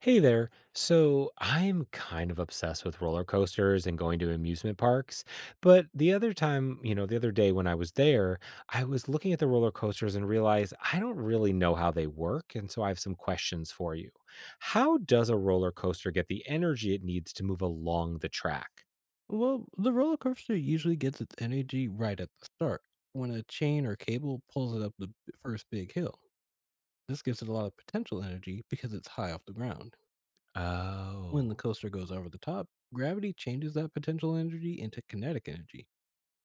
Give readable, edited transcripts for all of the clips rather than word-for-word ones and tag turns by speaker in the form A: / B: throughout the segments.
A: Hey there. So I'm kind of obsessed with roller coasters and going to amusement parks. But the other the other day when I was there, I was looking at the roller coasters and realized I don't really know how they work. And so I have some questions for you. How does a roller coaster get the energy it needs to move along the track?
B: Well, the roller coaster usually gets its energy right at the start when a chain or cable pulls it up the first big hill. This gives it a lot of potential energy because it's high off the ground. When the
A: Oh,
B: coaster goes over the top, gravity changes that potential energy into kinetic energy.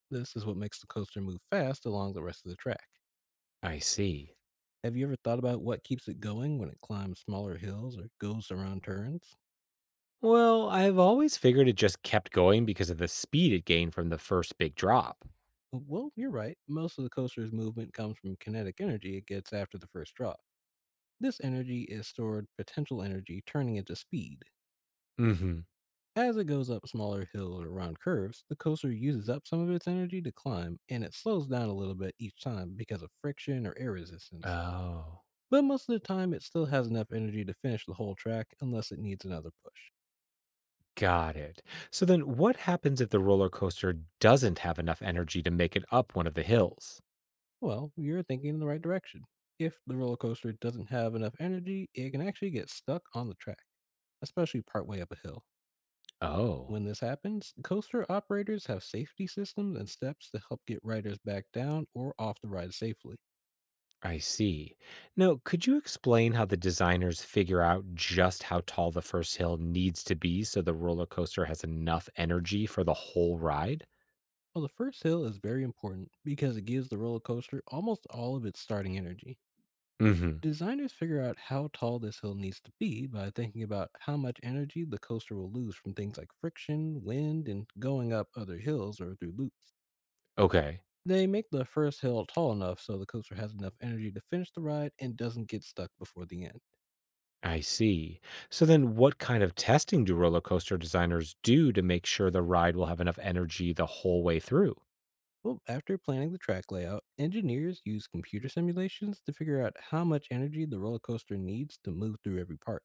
B: This is what makes the coaster move fast along the rest of the track.
A: I see.
B: Have you ever thought about what keeps it going when it climbs smaller hills or goes around turns?
A: Well, I've always figured it just kept going because of the speed it gained from the first big drop.
B: Well, you're right. Most of the coaster's movement comes from kinetic energy it gets after the first drop. This energy is stored potential energy, turning into speed.
A: Mm hmm.
B: As it goes up smaller hills or around curves, the coaster uses up some of its energy to climb, and it slows down a little bit each time because of friction or air resistance.
A: Oh.
B: But most of the time, it still has enough energy to finish the whole track unless it needs another push.
A: Got it. So then what happens if the roller coaster doesn't have enough energy to make it up one of the hills?
B: Well, you're thinking in the right direction. If the roller coaster doesn't have enough energy, it can actually get stuck on the track, especially partway up a hill.
A: Oh,
B: When this happens, coaster operators have safety systems and steps to help get riders back down or off the ride safely.
A: I see. Now, could you explain how the designers figure out just how tall the first hill needs to be so the roller coaster has enough energy for the whole ride?
B: Well, the first hill is very important because it gives the roller coaster almost all of its starting energy.
A: Mhm.
B: Designers figure out how tall this hill needs to be by thinking about how much energy the coaster will lose from things like friction, wind, and going up other hills or through loops.
A: Okay.
B: They make the first hill tall enough so the coaster has enough energy to finish the ride and doesn't get stuck before the end.
A: I see. So then what kind of testing do roller coaster designers do to make sure the ride will have enough energy the whole way through?
B: Well, after planning the track layout, engineers use computer simulations to figure out how much energy the roller coaster needs to move through every part.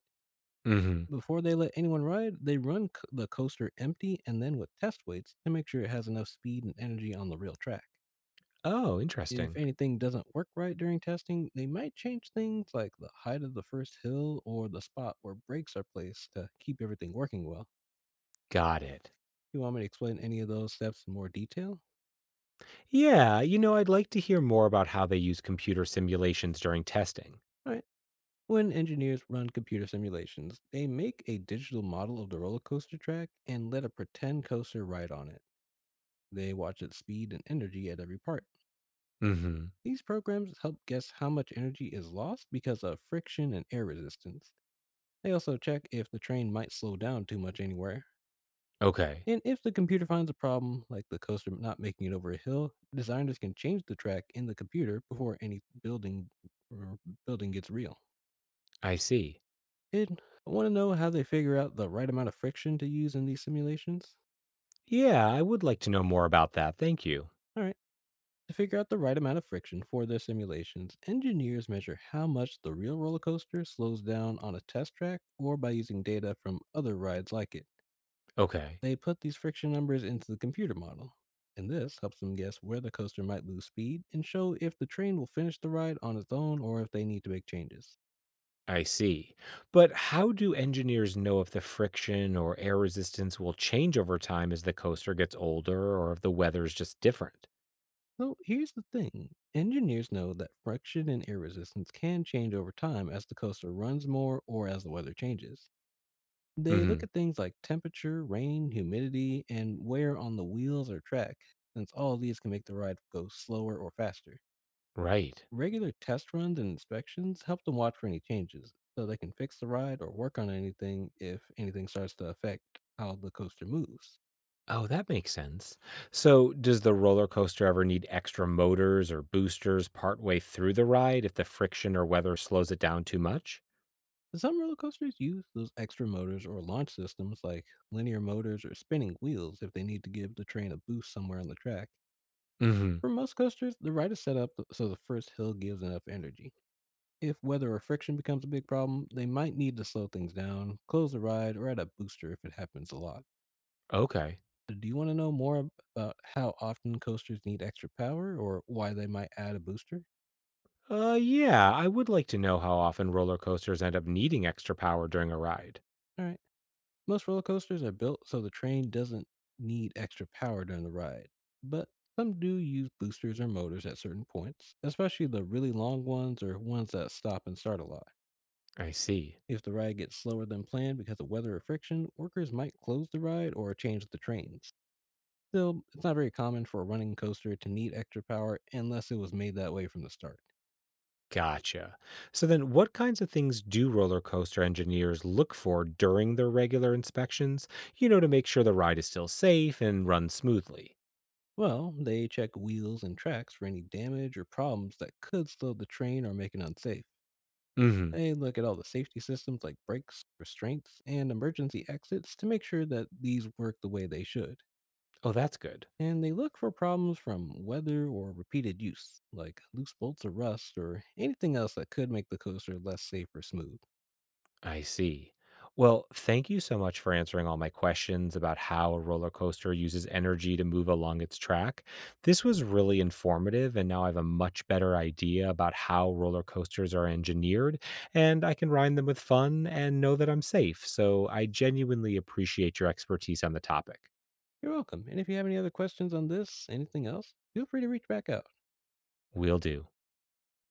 A: Mhm.
B: Before they let anyone ride, they run the coaster empty and then with test weights to make sure it has enough speed and energy on the real track.
A: Oh,
B: If
A: interesting.
B: anything doesn't work right during testing, they might change things like the height of the first hill or the spot where brakes are placed to keep everything working well.
A: Got it.
B: You want me to explain any of those steps in more detail?
A: Yeah, I'd like to hear more about how they use computer simulations during testing.
B: When engineers run computer simulations, they make a digital model of the roller coaster track and let a pretend coaster ride on it. They watch its speed and energy at every part.
A: Hmm.
B: These programs help guess how much energy is lost because of friction and air resistance. They also check if the train might slow down too much anywhere.
A: Okay.
B: And if the computer finds a problem, like the coaster not making it over a hill, designers can change the track in the computer before any or building gets real.
A: I see.
B: Good. I want to know how they figure out the right amount of friction to use in these simulations.
A: Yeah, I would like to know more about that. Thank you.
B: All right. To figure out the right amount of friction for their simulations, engineers measure how much the real roller coaster slows down on a test track or by using data from other rides like it.
A: Okay.
B: They put these friction numbers into the computer model, and this helps them guess where the coaster might lose speed and show if the train will finish the ride on its own or if they need to make changes.
A: I see. But how do engineers know if the friction or air resistance will change over time as the coaster gets older or if the weather's just different?
B: So here's the thing: engineers know that friction and air resistance can change over time as the coaster runs more or as the weather changes. They look
A: Hmm.
B: at things like temperature, rain, humidity, and wear on the wheels or track, since all these can make the ride go slower or faster.
A: Right.
B: Regular test runs and inspections help them watch for any changes so they can fix the ride or work on anything if anything starts to affect how the coaster moves.
A: Oh, that makes sense. So, does the roller coaster ever need extra motors or boosters partway through the ride if the friction or weather slows it down too much?
B: Some roller coasters use those extra motors or launch systems, like linear motors or spinning wheels, if they need to give the train a boost somewhere on the track.
A: Mhm.
B: For most coasters, the ride is set up so the first hill gives enough energy. If weather or friction becomes a big problem, they might need to slow things down, close the ride, or add a booster if it happens a lot.
A: Okay.
B: So, do you want to know more about how often coasters need extra power or why they might add a booster?
A: Yeah, I would like to know how often roller coasters end up needing extra power during a ride.
B: All right. Most roller coasters are built so the train doesn't need extra power during the ride, but some do use boosters or motors at certain points, especially the really long ones or ones that stop and start a lot.
A: I see.
B: If the ride gets slower than planned because of weather or friction, workers might close the ride or change the trains. Still, it's not very common for a running coaster to need extra power unless it was made that way from the start.
A: Gotcha. So then what kinds of things do roller coaster engineers look for during their regular inspections, to make sure the ride is still safe and runs smoothly?
B: Well, they check wheels and tracks for any damage or problems that could slow the train or make it unsafe.
A: Mhm.
B: I look at all the safety systems, like brakes, restraints, and emergency exits, to make sure that these work the way they should.
A: Oh, that's good.
B: And they look for problems from weather or repeated use, like loose bolts or rust or anything else that could make the coaster less safe or smooth.
A: I see. Well, thank you so much for answering all my questions about how a roller coaster uses energy to move along its track. This was really informative, and now I have a much better idea about how roller coasters are engineered, and I can ride them with fun and know that I'm safe. So I genuinely appreciate your expertise on the topic.
B: You're welcome. And if you have any other questions on this, anything else, feel free to reach back out.
A: Will do.